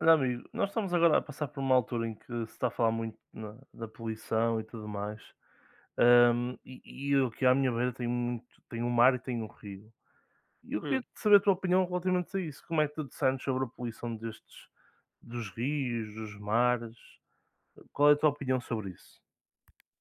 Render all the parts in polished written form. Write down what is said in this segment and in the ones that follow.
Olha, amigo, nós estamos agora a passar por uma altura em que se está a falar muito na- da poluição e tudo mais. Ahm, e, eu aqui à minha beira tenho, muito, tenho um mar e tenho um rio. E eu Hum, queria saber a tua opinião relativamente a isso. Como é que tu discernes sobre a poluição destes, dos rios, dos mares? Qual é a tua opinião sobre isso?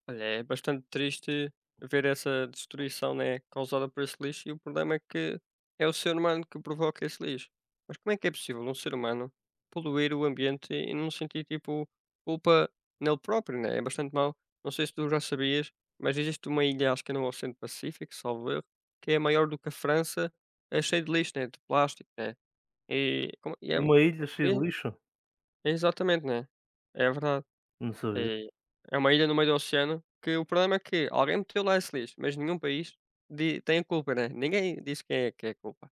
Olha, é bastante triste ver essa destruição, né, causada por esse lixo, e o problema é que é o ser humano que provoca esse lixo. Mas como é que é possível um ser humano poluir o ambiente e não sentir, tipo, culpa nele próprio, né? É bastante mau. Não sei se tu já sabias, mas existe uma ilha, acho que é no Oceano Pacífico, salvo erro, que é maior do que a França, é cheia de lixo, né, de plástico, né? E, como- e é, Uma ilha cheia de lixo? é, exatamente, né? É verdade. Não sabia. É, é uma ilha no meio do oceano que o problema é que alguém meteu lá esse lixo, mas nenhum país di tem a culpa, né, ninguém disse quem é que é a culpa.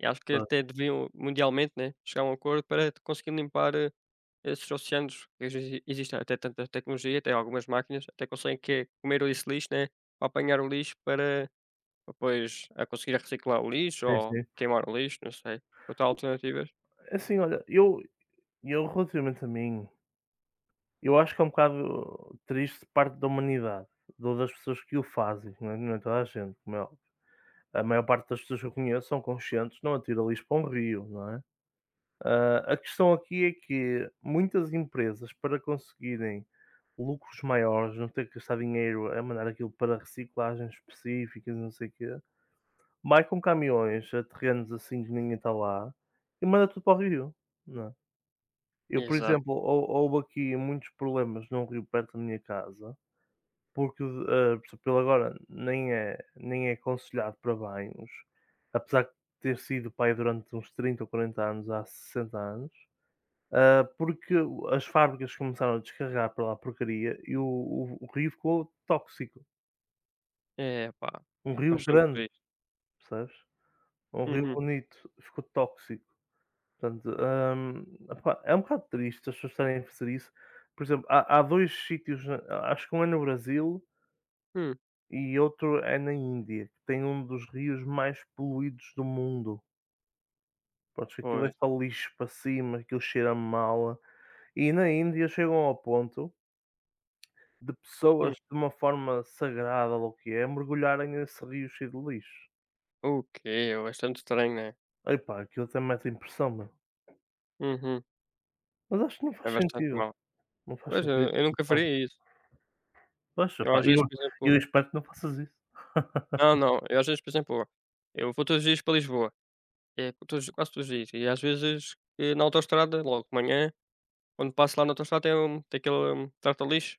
E acho que Pá, até deviam mundialmente, né, chegar a um acordo para conseguir limpar, esses oceanos. Que existem até tanta tecnologia, até algumas máquinas até conseguem que comer esse lixo, né, para apanhar o lixo para depois a conseguir reciclar o lixo sim, ou sim. queimar o lixo, não sei, outras alternativas. É assim, olha, eu, e eu, relativamente a mim, eu acho que é um bocado triste parte da humanidade, ou das pessoas que o fazem, não é, não é toda a gente, como é óbvio. A maior parte das pessoas que eu conheço são conscientes, não atira lixo para um rio, não é? Ah, a questão aqui é que muitas empresas, para conseguirem lucros maiores, não ter que gastar dinheiro a mandar aquilo para reciclagens específicas, não sei o quê, marcam caminhões a terrenos assim que ninguém está lá e manda tudo para o rio, não é? Eu, por Exato. exemplo, houve aqui muitos problemas num rio perto da minha casa, porque, por exemplo, ele agora nem é aconselhado para banhos, apesar de ter sido pai durante uns 30 ou 40 anos, há 60 anos, porque o as fábricas começaram a descarregar para lá a porcaria e o rio ficou tóxico. É pá, Um rio bastante grande, triste. percebes? Um rio Uhum. bonito, ficou tóxico. Portanto, opá, é um bocado triste as pessoas estarem a fazer isso. Por exemplo, há dois sítios, na- acho que um é no Brasil Hum, e outro é na Índia, que tem um dos rios mais poluídos do mundo. Pronto, que aquilo é pois. só lixo para cima, aquilo cheira mal. E na Índia chegam ao ponto de Hum. pessoas, de uma forma sagrada, ou o que é, mergulharem nesse rio cheio de lixo. O quê? É bastante estranho, né? Epá, aquilo até mete impressão, meu. Uhum. Mas acho que não É faz bastante sentido. mau. Não faz Pois, eu sentido aquilo eu que nunca eles. faria isso. Pois, Eu opá, às vezes, por eu exemplo espero que não faças isso. Não, não, eu às vezes, por exemplo, eu vou todos os dias para Lisboa. É todos Quase todos os dias, e às vezes, na autoestrada, logo de manhã, quando passo lá na autoestrada tem aquele trata-lixo.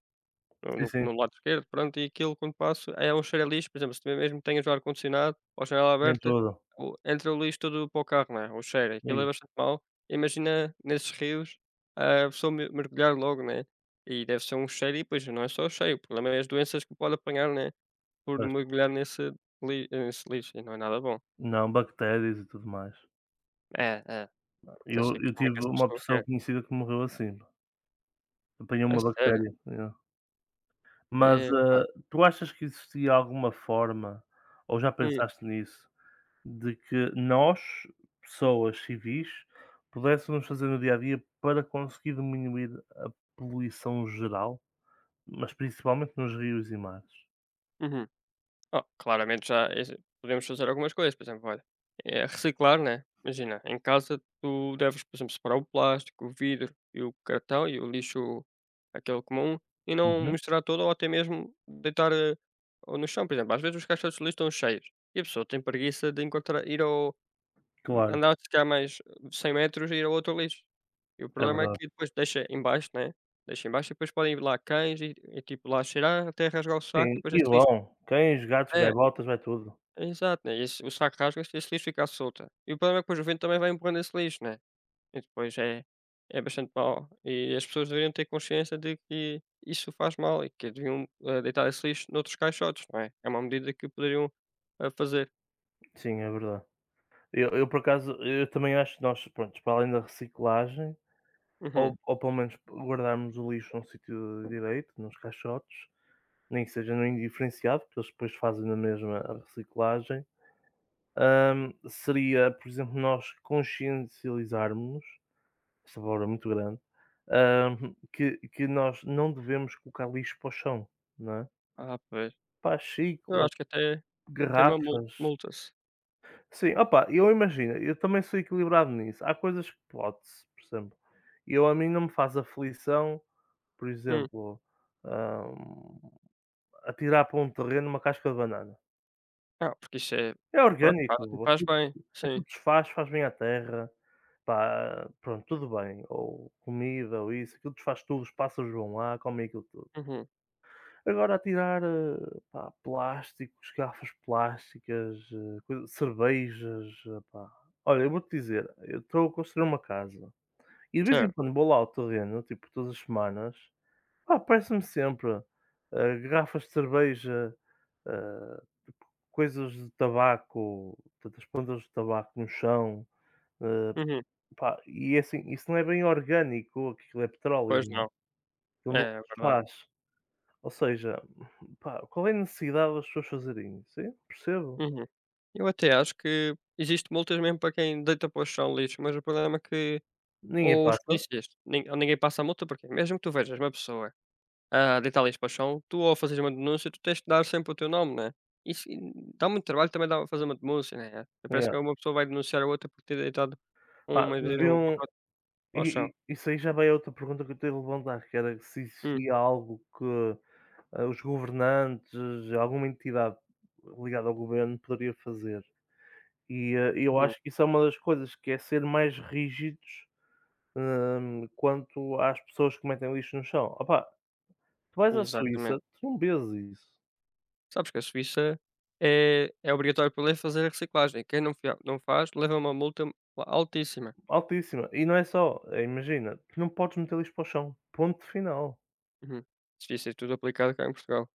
No Sim, no sim, no lado esquerdo, pronto, e aquilo quando passo é um cheiro a lixo, por exemplo, se tiver mesmo tenhas o ar-condicionado ou a janela em aberta, tudo. o entra o lixo todo para o carro, né, o cheiro, aquilo é Sim, bastante mau. Imagina nesses rios, a pessoa me mergulhar logo, né, e deve ser um cheiro. E depois não é só o cheiro, o problema é as doenças que pode apanhar, né, por pois. mergulhar nesse lixo e não é nada bom. Não, bactérias e tudo mais. É, não sei Eu como tive é que essa uma pessoa pessoa quer, conhecida que morreu assim, apanhou é uma sério. bactéria, yeah. Mas, Epá. ah, tu achas que existia alguma forma, ou já Hum, pensaste nisso, de que nós, pessoas civis, pudéssemos fazer no dia a dia para conseguir diminuir a poluição geral, mas principalmente nos rios e mares? uhum. Oh, claramente já exa podemos fazer algumas coisas, por exemplo, olha, reciclar, né, imagina, em casa tu deves, por exemplo, separar o plástico, o vidro e o cartão e o lixo aquele comum, e não Uhum, misturar todo ou até mesmo deitar, ou no chão, por exemplo, às vezes os caixotes de lixo estão cheios e a pessoa tem preguiça de encontrar ir ao claro, andar se calhar mais 100 metros e ir ao outro lixo. E o é problema é verdade. que depois deixa embaixo, né, deixa embaixo e depois podem ir lá cães e tipo lá cheirar até rasgar o saco e Sim, depois e esse lixo vão. Cães, gatos, é gaivotas, vai tudo. Exato, né, e esse o saco rasga se esse lixo ficar solto. E o problema é que depois o vento também vai empurrando esse lixo, né, e depois é bastante mau. E as pessoas deveriam ter consciência de que isso faz mal e que deviam, deitar esse lixo noutros caixotes, não é? É uma medida que poderiam, fazer. Sim, é verdade. Eu por acaso, eu também acho que nós, pronto, para além da reciclagem, Uhum. Ou pelo menos guardarmos o lixo num sítio direito, nos caixotes, nem que seja no indiferenciado, porque eles depois fazem na mesma a reciclagem, hã, seria, por exemplo, nós consciencializarmos-nos, esta palavra é muito grande, hã, que nós não devemos colocar lixo para o chão, não é? Ah, pois. Para as Eu xícaras, acho que até tem uma garrafas. multa-se. Sim, opa, eu imagino, eu também sou equilibrado nisso. Há coisas que pode-se, por exemplo, eu a mim não me faz aflição, por Hum. exemplo, hum, atirar para um terreno uma casca de banana. Ah, porque isso é, É pronto, faz orgânico, faz aquilo, bem. aquilo Sim. desfaz, faz bem à terra, pá, pronto, tudo bem. Ou comida, ou isso, aquilo desfaz tudo, os pássaros vão lá, comem aquilo tudo. Uhum. Agora a tirar, pá, plásticos, garrafas plásticas, coi cervejas, epá. Olha, eu vou-te dizer, eu estou a construir uma casa e de vez em Certo. quando vou lá ao terreno, tipo todas as semanas, pá, aparece-me sempre, garrafas de cerveja, eh, coisas de tabaco, tantas pontas de tabaco no chão, eh, Uhum. pá, e é assim, isso não é bem orgânico, aquilo é petróleo, Pois não é? não. Aquilo É, não é se verdade. faz. Ou seja, pá, qual é a necessidade das pessoas fazerem isso? Eu percebo. Uhum. Eu até acho que existe multas mesmo para quem deita para o chão lixo, mas o problema é que Ninguém ou os passa. polícias, nin ou ninguém passa a multa, porque mesmo que tu vejas uma pessoa a deitar lixo para o chão, tu ao fazeres uma denúncia, tu tens de dar sempre o teu nome, né? Isso e dá muito trabalho também dá fazer uma denúncia, né? Parece que Yeah. uma pessoa vai denunciar a outra por ter deitado um, Pá, imagina, um deviam pacote ao chão. E isso aí já vai a outra pergunta que eu tenho a levantar, que era se Hum, existia algo que, os governantes, alguma entidade ligada ao governo poderia fazer. E, eu uhum, acho que isso é uma das coisas, que é ser mais rígidos, quanto às pessoas que metem lixo no chão. Opá, tu vais à Suíça, exatamente. tu não vês isso. Sabes que a Suíça é obrigatório por lei fazer a reciclagem. Quem não faz leva uma multa altíssima. Altíssima. E não é só, imagina, tu não podes meter lixo para o chão, ponto final, Uhum. Devia ser tudo aplicado cá em Portugal.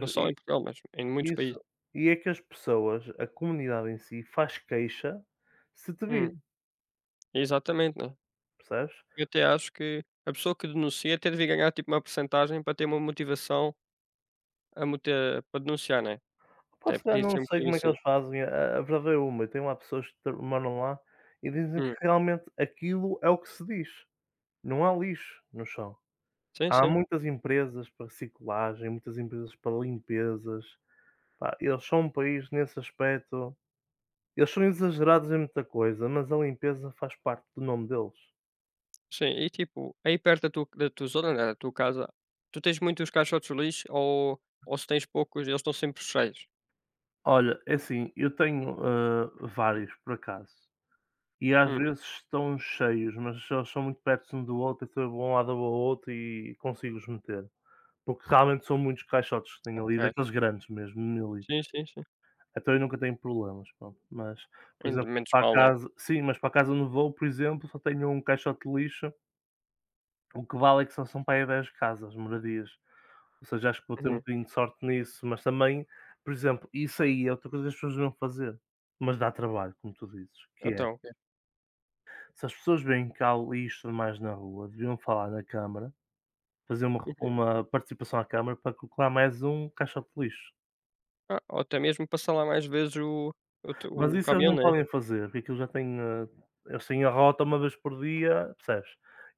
Não só em Portugal, mas em E muitos países. isso e é que as pessoas, a comunidade em si, faz queixa se te Hum, vir, exatamente, né. percebes? Eu até acho que a pessoa que denuncia até devia ganhar, tipo, uma porcentagem para ter uma motivação a moti para denunciar, né. Pá, Até se calhar podia não ser um sei bocadinho como é que assim. eles fazem, a verdade é uma, e tem lá pessoas que tra moram lá e dizem que Hum, realmente aquilo é o que se diz, não há lixo no chão. sim, Há sim. muitas empresas para reciclagem, muitas empresas para limpezas, pá, eles são um país nesse aspecto. Eles são exagerados em muita coisa, mas a limpeza faz parte do nome deles. Sim, e tipo, aí perto da tua zona, né, da tua casa, tu tens muitos caixotes de lixo, ou se tens poucos, eles estão sempre cheios? Olha, é assim, eu tenho, hã, vários, por acaso, e às Uhum. Hum, vezes estão cheios, mas eles são muito perto um do outro, então eu vou um lado ao outro e consigo-os meter, porque realmente são muitos caixotes que tenho ali, ok. daqueles grandes mesmo, de 1000 litros. Sim, sim, sim. Então eu nunca tenho problemas, pronto. Mas, por Ainda exemplo, menos para a mal, né. casa sim, mas para a casa onde vou, por exemplo, só tenho um caixote de lixo, o que vale é que só são para aí 10 casas, moradias. Ou seja, acho que vou ter um Uhum. bocadinho de sorte nisso, mas também, por exemplo, isso aí é outra coisa que as pessoas deviam fazer, mas dá trabalho, como tu dizes, que é, Então o se as pessoas veem que há lixo mais na rua, deviam falar na Câmara, fazer uma participação à Câmara para colocar mais um caixote de lixo. Ah, ou até mesmo passar lá mais vezes o o t Mas o isso eles caminhão, não né. podem fazer, porque aquilo já tem, eles têm a rota uma vez por dia, percebes?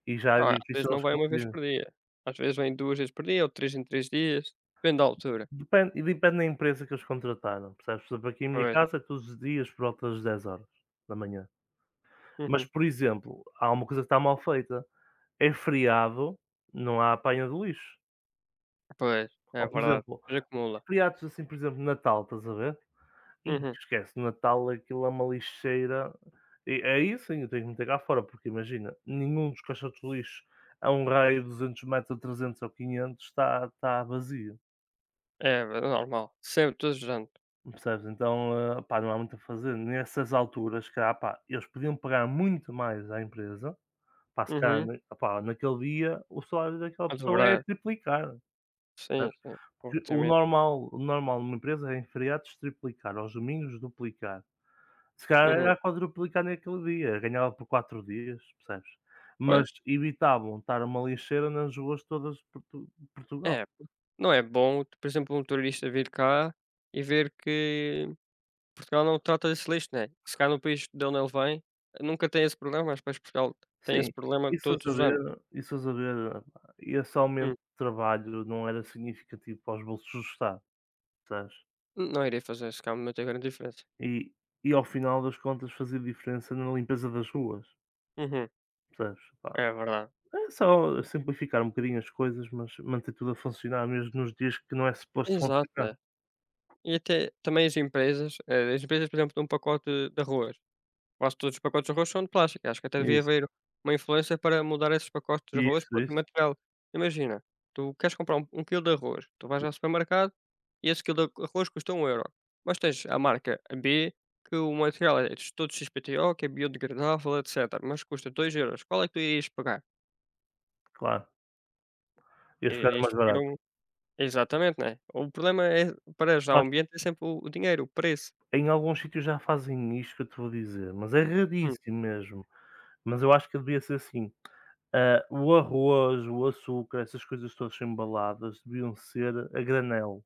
E já é Ah, às vezes difícil não eles vai uma vez cumprirem. por dia, às vezes vem 2 vezes por dia ou três em três dias, depende da altura. Depende e depende da empresa que eles contrataram, percebes? Por exemplo, aqui em minha Pois, casa é todos os dias por volta das dez horas da manhã. Mas, uhum, por exemplo, há uma coisa que está mal feita: é feriado, não há apanha de lixo. pois, é Ou, por verdade, exemplo, depois acumula. feriados assim, por exemplo, Natal, estás a ver? Ih, Uhum, esquece, Natal aquilo é uma lixeira. E é isso sim, eu tenho que meter cá fora, porque imagina, nenhum dos caixotes de lixo a um raio de 200 metros, 300 ou 500 está vazio, é ver normal, sempre, todos os anos. percebes? Então, pá, não há muito a fazer. Nessas alturas, cá, pá, eles podiam pagar muito mais à empresa. Pá, se calhar Uhum, na opá, naquele dia o salário daquela a pessoa é dobrar, triplicar, sim, sabes, sim, porra, porque até mesmo. O normal numa empresa é em feriados triplicar, aos domingos duplicar. Se calhar Uhum, era quadruplicar naquele dia, ganhava por 4 dias, percebes? Mas pois, evitavam estar uma lixeira nas ruas todas de Portugal. é, não é bom, por exemplo, um turista vir cá e ver que Portugal não trata desse lixo, né. Se cá no país de onde ele vem, nunca tem esse problema, mas depois Portugal tem Sim, esse problema todos os anos. Isso a saber, pá, esse aumento Hum, de trabalho não era significativo para os bolsos do Estado, percebes? não iria fazer, se cá não tem grande diferença. E e ao final das contas fazia diferença na limpeza das ruas. Uhum, Percebes? Pá, é verdade. é só simplificar um bocadinho as coisas, mas manter tudo a funcionar mesmo nos dias que não é suposto Exato, funcionar. né. E até também as empresas, por exemplo, dão um pacote de arroz. Quase todos os pacotes de arroz são de plástico. Acho que até devia Isso, haver uma influência para mudar esses pacotes de arroz para outro isso. material. Imagina, tu queres comprar um quilo de arroz, tu vais ao supermercado e esse quilo de arroz custa 1 euro. Mas tens a marca B, que o material é todo XPTO, que é biodegradável, etc. Mas custa 2 euros. Qual é que tu irias pagar? Claro, eles ficaram Irias mais pagar barato. um. Exatamente, né? O problema é, para já o Acho ambiente é sempre o dinheiro, o preço. que em alguns sítios já fazem isto que eu te vou dizer, mas é Hum, raríssimo mesmo. Mas eu acho que devia ser assim. Ah, o arroz, o açúcar, essas coisas todas embaladas deviam ser a granel,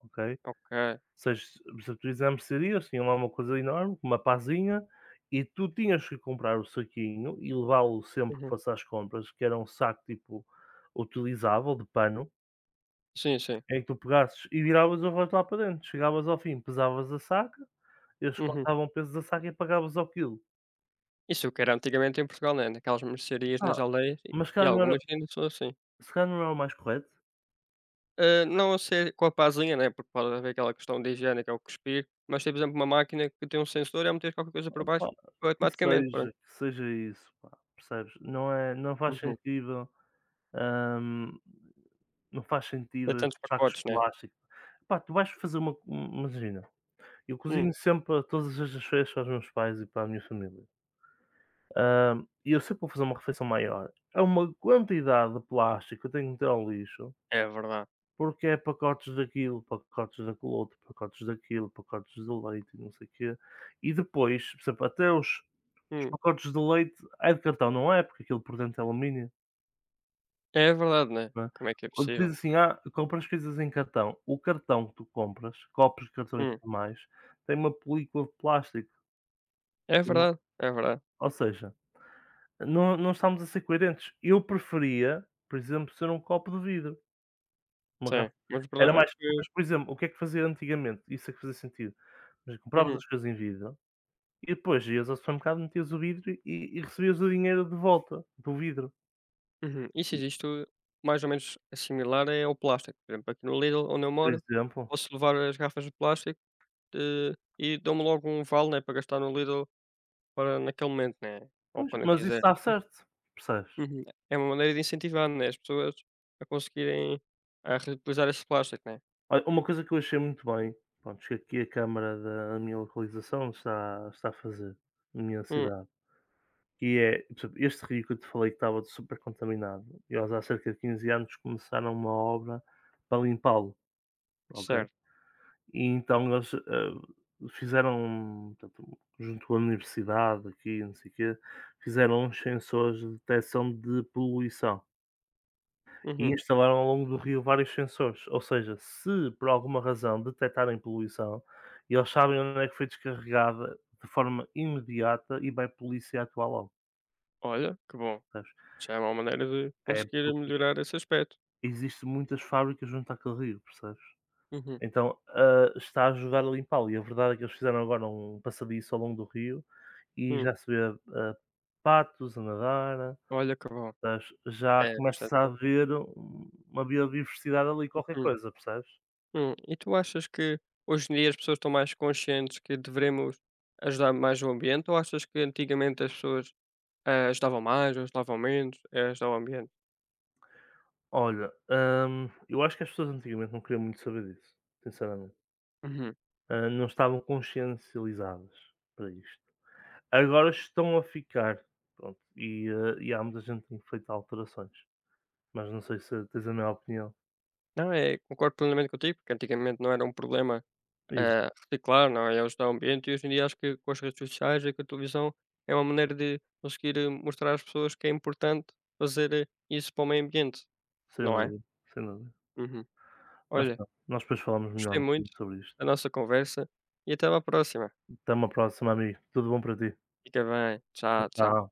ok? ok. Seis, por exemplo, exames de tinham lá uma coisa enorme, uma pazinha, e tu tinhas que comprar o saquinho e levá-lo sempre que Uhum. fosse às compras, que era um saco, tipo, utilizável, de pano, Sim, sim. em que tu pegasses e viravas o rosto lá para dentro. Chegavas ao fim, pesavas a saca, eles Uhum. contavam o peso da saca e pagavas ao quilo. Isso que era antigamente em Portugal, né, naquelas mercearias Ah, nas aldeias e mas e algumas ainda são assim. se calhar não era o mais correto? Não a ser com a pazinha, né, porque pode haver aquela questão de higiene que é o cuspir, mas tem, por exemplo, uma máquina que tem um sensor, é meteres qualquer coisa por baixo, Opa, vai automaticamente, pronto. que seja isso, pá, percebes? Não é não faz Uhum. sentido. Ahm, não faz Tem sentido esses tantos sacos de pacotes, né. plástico. Pá, tu vais fazer uma um, imagina, eu Hum, cozinho sempre para todas as sextas-feiras para os meus pais e para a minha família. E eu sempre vou fazer uma refeição maior. É uma quantidade de plástico que eu tenho que meter ao lixo, é verdade. porque é pacotes daquilo, pacotes daquele outro, pacotes daquilo, pacotes de leite e não sei o quê. E depois, por exemplo, até os Hum, pacotes de leite é de cartão, não é? Porque aquilo por dentro é alumínio. é verdade, né. Não é? Como é que é Ou possível? diz assim: "Ah, compras coisas em cartão", o cartão que tu compras, copos, cartões e Hum, tudo mais, tem uma película de plástico, é verdade, é verdade. ou seja, não estamos a ser coerentes. Eu preferia, por exemplo, ser um copo de vidro, uma Sim, garrafa mas o era problema é mais. que, Mas, por exemplo, o que é que fazia antigamente? Isso é que fazia sentido. Mas compravas uhum, as coisas em vidro e depois ias ao supermercado, metias o vidro e recebias o dinheiro de volta do vidro. uhum. Isso E, existe tudo mais ou menos similar é ao plástico. Por exemplo, aqui no Lidl onde eu por moro, exemplo, posso levar as garrafas de plástico, e dão-me logo um vale, né, para gastar no Lidl, para naquele momento, né, ou pois, quando eu mas isso quiser. dá certo, percebes? Uhum. É uma maneira de incentivar, né, as pessoas a conseguirem, a reutilizar esse plástico, né. Olha, uma coisa que eu achei muito bem, pronto, que aqui a câmara da minha localização está a fazer, na minha Hum, cidade, que é, por exemplo, este rio que eu te falei que estava super contaminado, e eles há cerca de 15 anos começaram uma obra para limpá-lo, ok? certo. E então eles fizeram, portanto, junto com a universidade aqui, não sei o quê, fizeram uns sensores de detecção de poluição. E Uhum. instalaram ao longo do rio vários sensores, ou seja, se por alguma razão detectarem poluição, eles sabem onde é que foi descarregada de forma imediata e vai a polícia atuar logo, Olha, que bom. percebes? Já é uma maneira de É conseguir porque melhorar esse aspecto. existe muitas fábricas junto àquele rio, percebes? Uhum. Então, hã, está a ajudar a limpá-lo e a verdade é que eles fizeram agora um passadiço ao longo do rio e Hum, já se vê, hã, patos a nadar, olha que bom. percebes? Já É bastante começa a bom. haver um- uma biodiversidade ali, qualquer Uhum. coisa, percebes? E tu achas que hoje em dia as pessoas estão mais conscientes que devemos ajudar mais o ambiente, ou achas que antigamente as pessoas ajudavam mais ou ajudavam menos, ajudava o ambiente. Olha, eu acho que as pessoas antigamente não queriam muito saber disso, sinceramente. Uhum. Ah, não estavam consciencializadas para isto. Agora estão a ficar, pronto, e, ah, e há muita gente que tem feito alterações, mas não sei se tens a minha opinião. Não, é, concordo plenamente contigo, porque antigamente não era um problema, Isso, reciclar, não é? Ajudar o ambiente e hoje em dia acho que com as redes sociais e com a televisão é uma maneira de conseguir mostrar às pessoas que é importante fazer isso para o meio ambiente, sem não é? dúvida, sem dúvida. Uhum. Mas Olha, pronto, nós depois falamos melhor gostei um bocadinho muito sobre da isto. nossa conversa e até à próxima. Até uma próxima, amigo. Tudo bom para ti? Fica bem. Tchau, tchau. Tchau.